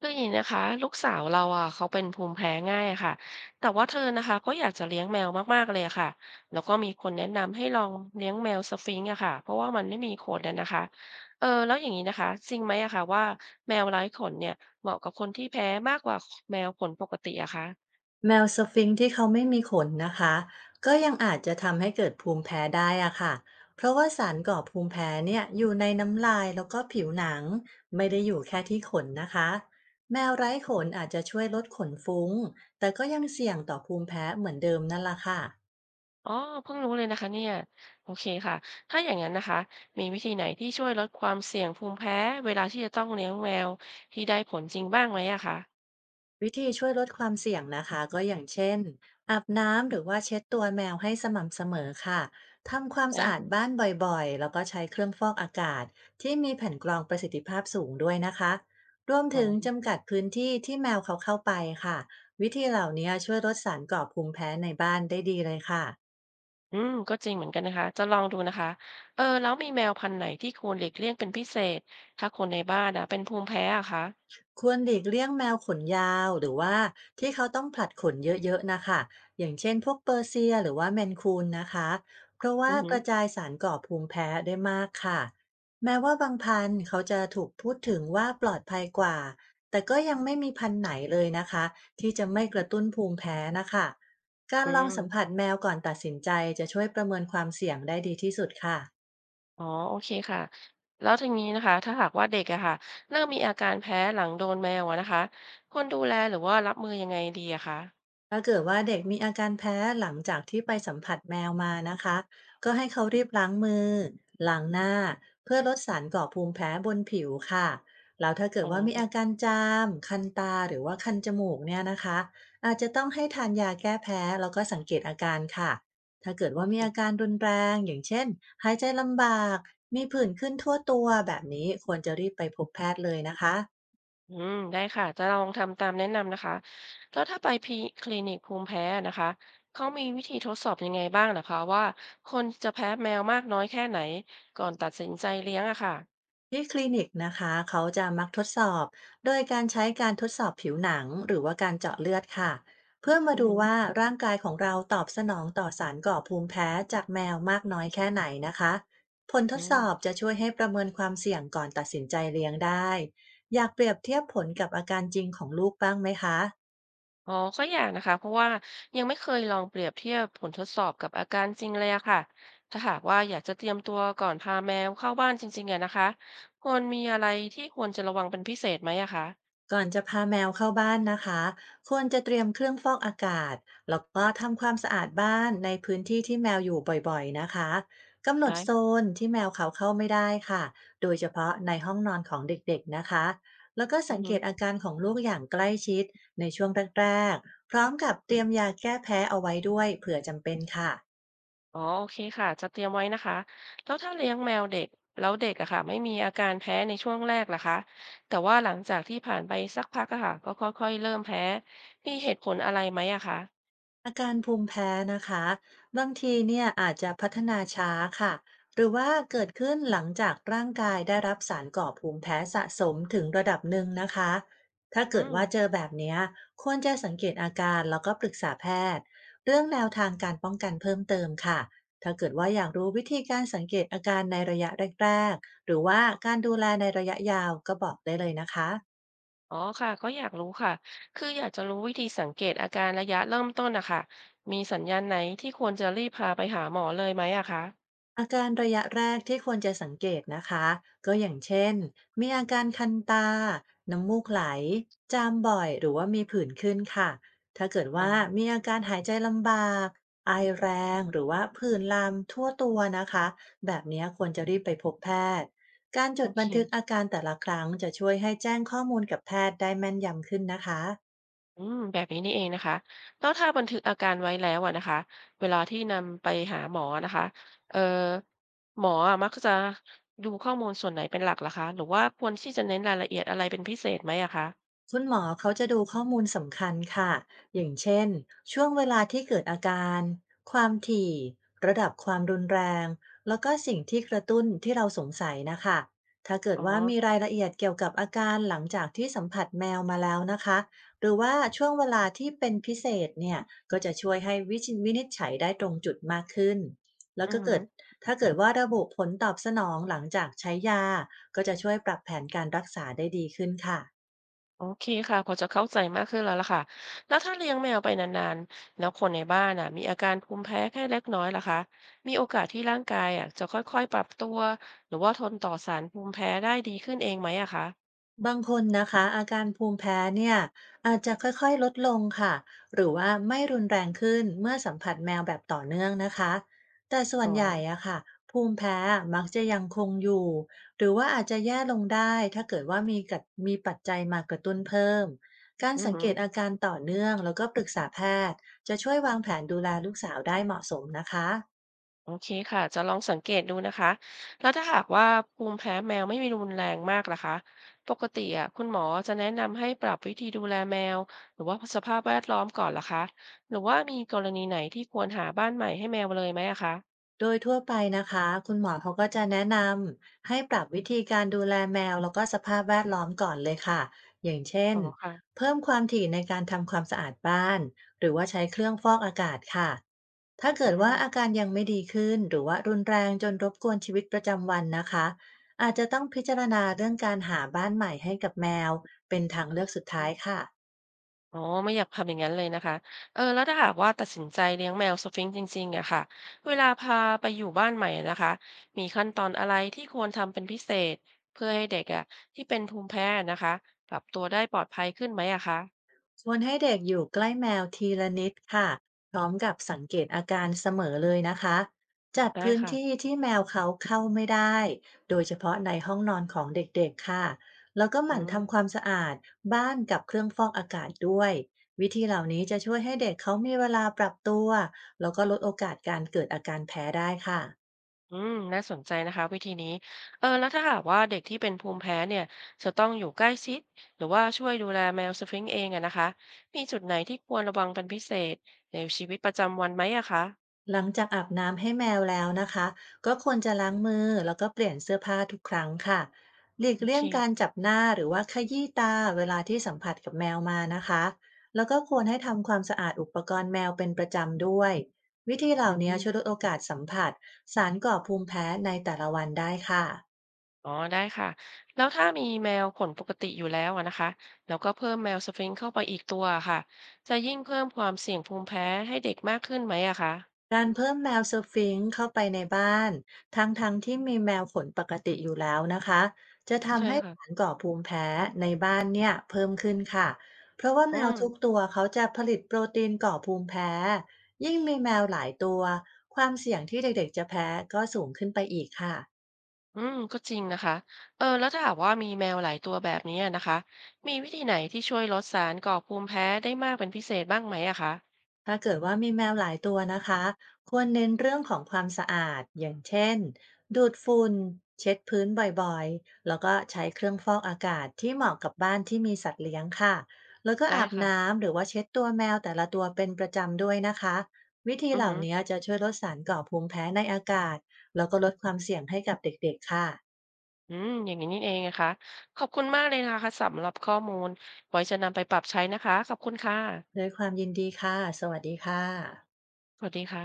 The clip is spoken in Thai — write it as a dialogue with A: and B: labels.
A: คืออย่างนี้นะคะลูกสาวเราอ่ะเขาเป็นภูมิแพ้ง่ายอะค่ะแต่ว่าเธอนะคะก็อยากจะเลี้ยงแมวมากๆเลยอะค่ะแล้วก็มีคนแนะนำให้ลองเลี้ยงแมวสฟิงค์อะค่ะเพราะว่ามันไม่มีขนอะนะคะเออแล้วอย่างนี้นะคะจริงไหมอะค่ะว่าแมวไร้ขนเนี่ยเหมาะกับคนที่แพ้มากกว่าแมวขนปกติอะคะ
B: แมวสฟิงซ์ที่เขาไม่มีขนนะคะก็ยังอาจจะทำให้เกิดภูมิแพ้ได้อะค่ะเพราะว่าสารก่อภูมิแพ้เนี่ยอยู่ในน้ำลายแล้วก็ผิวหนังไม่ได้อยู่แค่ที่ขนนะคะแมวไร้ขนอาจจะช่วยลดขนฟุ้งแต่ก็ยังเสี่ยงต่อภูมิแพ้เหมือนเดิมนั่นละค่ะ
A: อ๋อเพิ่งรู้เลยนะคะเนี่ยโอเคค่ะถ้าอย่างนั้นนะคะมีวิธีไหนที่ช่วยลดความเสี่ยงภูมิแพ้เวลาที่จะต้องเลี้ยงแมวที่ได้ผลจริงบ้างไหมอะคะ
B: วิธีช่วยลดความเสี่ยงนะคะก็อย่างเช่นอาบน้ำหรือว่าเช็ดตัวแมวให้สม่ำเสมอค่ะทำความ
A: ได้
B: สะอาดบ้า
A: ค่ะ
B: นบ่อยๆแล้วก็ใช้เครื่องฟอกอากาศที่มีแผ่นกรองประสิทธิภาพสูงด้วยนะคะรวม
A: อ๋
B: ถึง
A: อ
B: จำกัดพื้นที่ที่แมวเขาเข้าไปค่ะวิธีเหล่านี้ช่วยลดสารก่อภูมิแพ้ในบ้านได้ดีเลยค่ะ
A: อืมก็จริงเหมือนกันนะคะจะลองดูนะคะเออแล้วมีแมวพันธุ์ไหนที่ควรหลีกเลี่ยงเป็นพิเศษถ้าคนในบ้านนะเป็นภูมิแพ้อะคะ
B: ควรหลีกเลี่ยงแมวขนยาวหรือว่าที่เขาต้องผลัดขนเยอะๆนะคะอย่างเช่นพวกเปอร์เซียหรือว่าแมนคูนนะคะเพราะว่า
A: อือหื
B: ก
A: อ
B: ระจายสารก่อภูมิแพ้ได้มากค่ะแม้ว่าบางพันธุ์เขาจะถูกพูดถึงว่าปลอดภัยกว่าแต่ก็ยังไม่มีพันธุ์ไหนเลยนะคะที่จะไม่กระตุ้นภูมิแพ้นะคะการ
A: อื
B: ลองสัมผั
A: ม
B: สแมวก่อนตัดสินใจจะช่วยประเมินความเสี่ยงได้ดีที่สุดค่ะ
A: อ๋อโอเคค่ะแล้วทีนี้นะคะถ้าหากว่าเด็กอะค่ะเริ่มมีอาการแพ้หลังโดนแมวอะนะคะควรดูแลหรือว่ารับมือยังไงดีอะคะ
B: ถ้าเกิดว่าเด็กมีอาการแพ้หลังจากที่ไปสัมผัสแมวมานะคะก็ให้เขารีบล้างมือล้างหน้าเพื่อลดสารก่อภูมิแพ้บนผิวค่ะแล้วถ้าเกิ
A: อ๋
B: ดว่ามี
A: อ
B: อาการจามคันตาหรือว่าคันจมูกเนี่ยนะคะอาจจะต้องให้ทานยาแก้แพ้แล้วก็สังเกตอาการค่ะถ้าเกิด
A: โอ
B: ว่า
A: เค
B: มีอาการรุนแรงอย่างเช่นหายใจลำบากมีผื่นขึ้นทั่วตัวแบบนี้ควรจะรีบไปพบแพทย์เลยนะคะ
A: อืมได้ค่ะจะลองทำตามแนะนำนะคะแล้วถ้าไปพีคลินิกภูมิแพ้นะคะเขามีวิธีทดสอบยังไงบ้างนะคะว่าคนจะแพ้แมวมากน้อยแค่ไหนก่อนตัดสินใจเลี้ยงอะค่ะ
B: ที่คลินิกนะคะเขาจะมักทดสอบโดยการใช้การทดสอบผิวหนังหรือว่าการเจาะเลือดค่ะเพื่อมา
A: อือ
B: ดู
A: ฮึ
B: ว่า
A: อ
B: ร่างกายของเราตอบสนองต่อสารก่อภูมิแพ้จากแมวมากน้อยแค่ไหนนะคะผลท
A: อื
B: ดสอ
A: ม
B: บจะช่วยให้ประเมินความเสี่ยงก่อนตัดสินใจเลี้ยงได้อยากเปรียบเทียบผลกับอาการจริงของลูกบ้างไหมคะ
A: อ๋อก็อยากนะคะเพราะว่ายังไม่เคยลองเปรียบเทียบผลทดสอบกับอาการจริงเลยอะค่ะถ้าหากว่าอยากจะเตรียมตัวก่อนพาแมวเข้าบ้านจริงๆอะนะคะควรมีอะไรที่ควรจะระวังเป็นพิเศษไหมอะคะ
B: ก่อนจะพาแมวเข้าบ้านนะคะควรจะเตรียมเครื่องฟอกอากาศแล้วก็ทำความสะอาดบ้านในพื้นที่ที่แมวอยู่บ่อยๆนะคะกำหนด
A: ได้
B: โซ
A: ค่
B: นที่แมวเขาเข้าไม่ได้ค่ะโดยเฉพาะในห้องนอนของเด็กๆนะคะแล้วก็สังเก
A: ะ
B: ตอาการของลูกอย่างใกล้ชิดในช่วงแรกๆพร้อมกับเตรียมยาแก้แพ้เอาไว้ด้วยเผื่อจำเป็นค่ะ
A: อ๋อโอเคค่ะ จะเตรียมไว้นะคะแล้วถ้าเลี้ยงแมวเด็กแล้วเด็กอะค่ะไม่มีอาการแพ้ในช่วงแรกล่ะคะแต่ว่าหลังจากที่ผ่านไปสักพักอะค่ะก็ค่อยๆเริ่มแพ้มีเหตุผลอะไรไหมอะคะ
B: อาการภูมิแพ้นะคะบางทีเนี่ยอาจจะพัฒนาช้าค่ะหรือว่าเกิดขึ้นหลังจากร่างกายได้รับสารก่อภูมิแพ้สะสมถึงระดับหนึ่งนะคะถ้า
A: อื
B: เกิด
A: ม
B: ว่าเจอแบบเนี้ยควรจะสังเกตอาการแล้วก็ปรึกษาแพทย์เรื่องแนวทางการป้องกันเพิ่มเติมค่ะถ้าเกิดว่าอยากรู้วิธีการสังเกตอาการในระยะแรกๆหรือว่าการดูแลในระยะยาวก็บอกได้เลยนะคะ
A: อ๋อค่ะก็อยากรู้ค่ะคืออยากจะรู้วิธีสังเกตอาการระยะเริ่มต้นอะค่ะมีสัญญาณไหนที่ควรจะรีบพาไปหาหมอเลยไหมอะคะ
B: อาการระยะแรกที่ควรจะสังเกตนะคะก็อย่างเช่นมีอาการคันตาน้ำมูกไหลจามบ่อยหรือว่ามีผื่นขึ้นค่ะถ้าเกิด
A: อ๋อ
B: ว่ามีอาการหายใจลำบากไอแรงหรือว่าผื่นลามทั่วตัวนะคะแบบนี้ควรจะรีบไปพบแพทย์การจ
A: โอ
B: ด
A: เค
B: บันทึกอาการแต่ละครั้งจะช่วยให้แจ้งข้อมูลกับแพทย์ได้แม่นยำขึ้นนะคะ
A: อืมแบบนี้นี่เองนะคะแล้วถ้าบันทึกอาการไว้แล้วอะนะคะเวลาที่นำไปหาหมอนะคะเอ่อหมออะมักจะดูข้อมูลส่วนไหนเป็นหลักล่ะคะหรือว่าควรที่จะเน้นรายละเอียดอะไรเป็นพิเศษไหมอะคะ
B: คุณหมอเขาจะดูข้อมูลสำคัญค่ะ อย่างเช่น ช่วงเวลาที่เกิดอาการ ความถี่ ระดับความรุนแรง แล้วก็สิ่งที่กระตุ้นที่เราสงสัยนะคะ ถ้าเกิด
A: อ๋
B: ว่ามี
A: อ
B: รายละเอียดเกี่ยวกับอาการหลังจากที่สัมผัสแมวมาแล้วนะคะหรือว่าช่วงเวลาที่เป็นพิเศษเนี่ยก็จะช่วยให้วิจิวินิจฉัยได้ตรงจุดมากขึ้นแล้ว
A: อื
B: ก็เกิด
A: ม
B: ถ้าเกิดว่าระบุผลตอบสนองหลังจากใช้ยาก็จะช่วยปรับแผนการรักษาได้ดีขึ้นค่ะ
A: โอเคค่ะพอจะเข้าใจมากขึ้นแล้วล่ะค่ะแล้วถ้าเลี้ยงแมวไปนานๆ แล้วคนในบ้านอ่ะมีอาการภูมิแพ้แค่เล็กน้อยล่ะคะมีโอกาสที่ร่างกายอ่ะจะค่อยๆปรับตัวหรือว่าทนต่อสารภูมิแพ้ได้ดีขึ้นเองไหมอะคะ
B: บางคนนะคะอาการภูมิแพ้เนี่ยอาจจะค่อยๆลดลงค่ะหรือว่าไม่รุนแรงขึ้นเมื่อสัมผัสแมวแบบต่อเนื่องนะคะแต่ส่ว
A: อ๋อ
B: นใหญ่อะค่ะภูมิแพ้มักจะยังคงอยู่หรือว่าอาจจะแย่ลงได้ถ้าเกิดว่ามีกัดมีปัจจัยมากระตุ้นเพิ่มการ
A: อือ
B: สัง
A: ฮึ
B: เกตอาการต่อเนื่องแล้วก็ปรึกษาแพทย์จะช่วยวางแผนดูแลลูกสาวได้เหมาะสมนะคะ
A: โอเคค่ะจะลองสังเกตดูนะคะ แล้วถ้าหากว่าภูมิแพ้แมวไม่มีรุนแรงมากล่ะคะ ปกติอ่ะคุณหมอจะแนะนำให้ปรับวิธีดูแลแมวหรือว่าสภาพแวดล้อมก่อนล่ะคะ หรือว่ามีกรณีไหนที่ควรหาบ้านใหม่ให้แมวเลยไหมอะคะ
B: โดยทั่วไปนะคะคุณหมอเขาก็จะแนะนำให้ปรับวิธีการดูแลแมวแล้วก็สภาพแวดล้อมก่อนเลยค่ะอย่างเช่น
A: อ๋อค่ะ
B: เพิ่มความถี่ในการทำความสะอาดบ้านหรือว่าใช้เครื่องฟอกอากาศค่ะถ้า
A: อื
B: เกิดว่า
A: ม
B: อาการยังไม่ดีขึ้นหรือว่ารุนแรงจนรบกวนชีวิตประจำวันนะคะอาจจะต้องพิจารณาเรื่องการหาบ้านใหม่ให้กับแมวเป็นทางเลือกสุดท้ายค่ะ
A: อ๋อไม่อยากทำอย่างนั้นเลยนะคะเออแล้วถ้าหากว่าตัดสินใจเลี้ยงแมวสฟิงซ์จริงๆอะค่ะเวลาพาไปอยู่บ้านใหม่นะคะมีขั้นตอนอะไรที่ควรทำเป็นพิเศษเพื่อให้เด็กอะที่เป็นภูมิแพ้นะคะปรับตัวได้ปลอดภัยขึ้นไหมอะคะ
B: ชวนให้เด็กอยู่ใกล้แมวทีละนิดค่ะพร้อมกับสังเกตอาการเสมอเลยนะคะ จัด
A: ได้
B: พื้นที่
A: ค่ะ
B: ที่แมวเขาเข้าไม่ได้ โดยเฉพาะในห้องนอนของเด็กๆค่ะ แล้วก็ห
A: อื
B: มั่น
A: ม
B: ทำความสะอาดบ้านกับเครื่องฟอกอากาศด้วย วิธีเหล่านี้จะช่วยให้เด็กเขามีเวลาปรับตัว แล้วก็ลดโอกาสการเกิดอาการแพ้ได้ค่ะ
A: อืมน่าสนใจนะคะวิธีนี้เออแล้วถ้าหากว่าเด็กที่เป็นภูมิแพ้เนี่ยจะต้องอยู่ใกล้ชิดหรือว่าช่วยดูแลแมวสฟิงซ์เองอะนะคะมีจุดไหนที่ควรระวังเป็นพิเศษในชีวิตประจำวันไหมอะคะ
B: หลังจากอาบน้ำให้แมวแล้วนะคะก็ควรจะล้างมือแล้วก็เปลี่ยนเสื้อผ้าทุกครั้งค่ะหลีก
A: โอ
B: เลี่
A: เค
B: ยงการจับหน้าหรือว่าขยี้ตาเวลาที่สัมผัสกับแมวมานะคะแล้วก็ควรให้ทำความสะอาดอุปกรณ์แมวเป็นประจำด้วยวิธีเห
A: อื
B: ล่านี้
A: ม
B: ช่วยลดโอกาสสัมผัสสารก่อภูมิแพ้ในแต่ละวันได้ค่ะ
A: อ๋อได้ค่ะแล้วถ้ามีแมวขนปกติอยู่แล้วอะนะคะแล้วก็เพิ่มแมวสฟิงค์เข้าไปอีกตัวค่ะจะยิ่งเพิ่มความเสี่ยงภูมิแพ้ให้เด็กมากขึ้นไหมอะคะ
B: การเพิ่มแมวสฟิงซ์เข้าไปในบ้านทั้งๆทที่มีแมวขนปกติอยู่แล้วนะคะจะ
A: ใช่
B: ทำให้
A: ค่ะ
B: สารก่อภูมิแพ้ในบ้านเนี่ยเพิ่มขึ้นค่ะเพราะว่าแม
A: อื
B: ว
A: ม
B: ทุกตัวเขาจะผลิตโปรตีนก่อภูมิแพ้ยิ่งมีแมวหลายตัวความเสี่ยงที่เด็กๆจะแพ้ก็สูงขึ้นไปอีกค่ะ
A: อืมก็จริงนะคะเออแล้วถ้าหากว่ามีแมวหลายตัวแบบนี้อะนะคะมีวิธีไหนที่ช่วยลดสารก่อภูมิแพ้ได้มากเป็นพิเศษบ้างไหมอะคะ
B: ถ้าเกิดว่ามีแมวหลายตัวนะคะควรเน้นเรื่องของความสะอาดอย่างเช่นดูดฝุ่นเช็ดพื้นบ่อยๆแล้วก็ใช้เครื่องฟอกอากาศที่เหมาะกับบ้านที่มีสัตว์เลี้ยงค่ะแล้วก็
A: ได้
B: อาบ
A: ค่ะ
B: น้ำหรือว่าเช็ดตัวแมวแต่ละตัวเป็นประจำด้วยนะคะวิธี
A: อือ
B: เหล่า
A: หือ
B: นี้จะช่วยลดสารก่อภูมิแพ้ในอากาศแล้วก็ลดความเสี่ยงให้กับเด็กๆค่ะ
A: อืมอย่างนี้นี่เองนะคะขอบคุณมากเลยนะคะสำหรับข้อมูลไว้จะนำไปปรับใช้นะคะขอบคุณค่
B: ด้
A: ะ
B: วยความยินดีค่ะสวัสดีค่ะ
A: สวัสดีค่ะ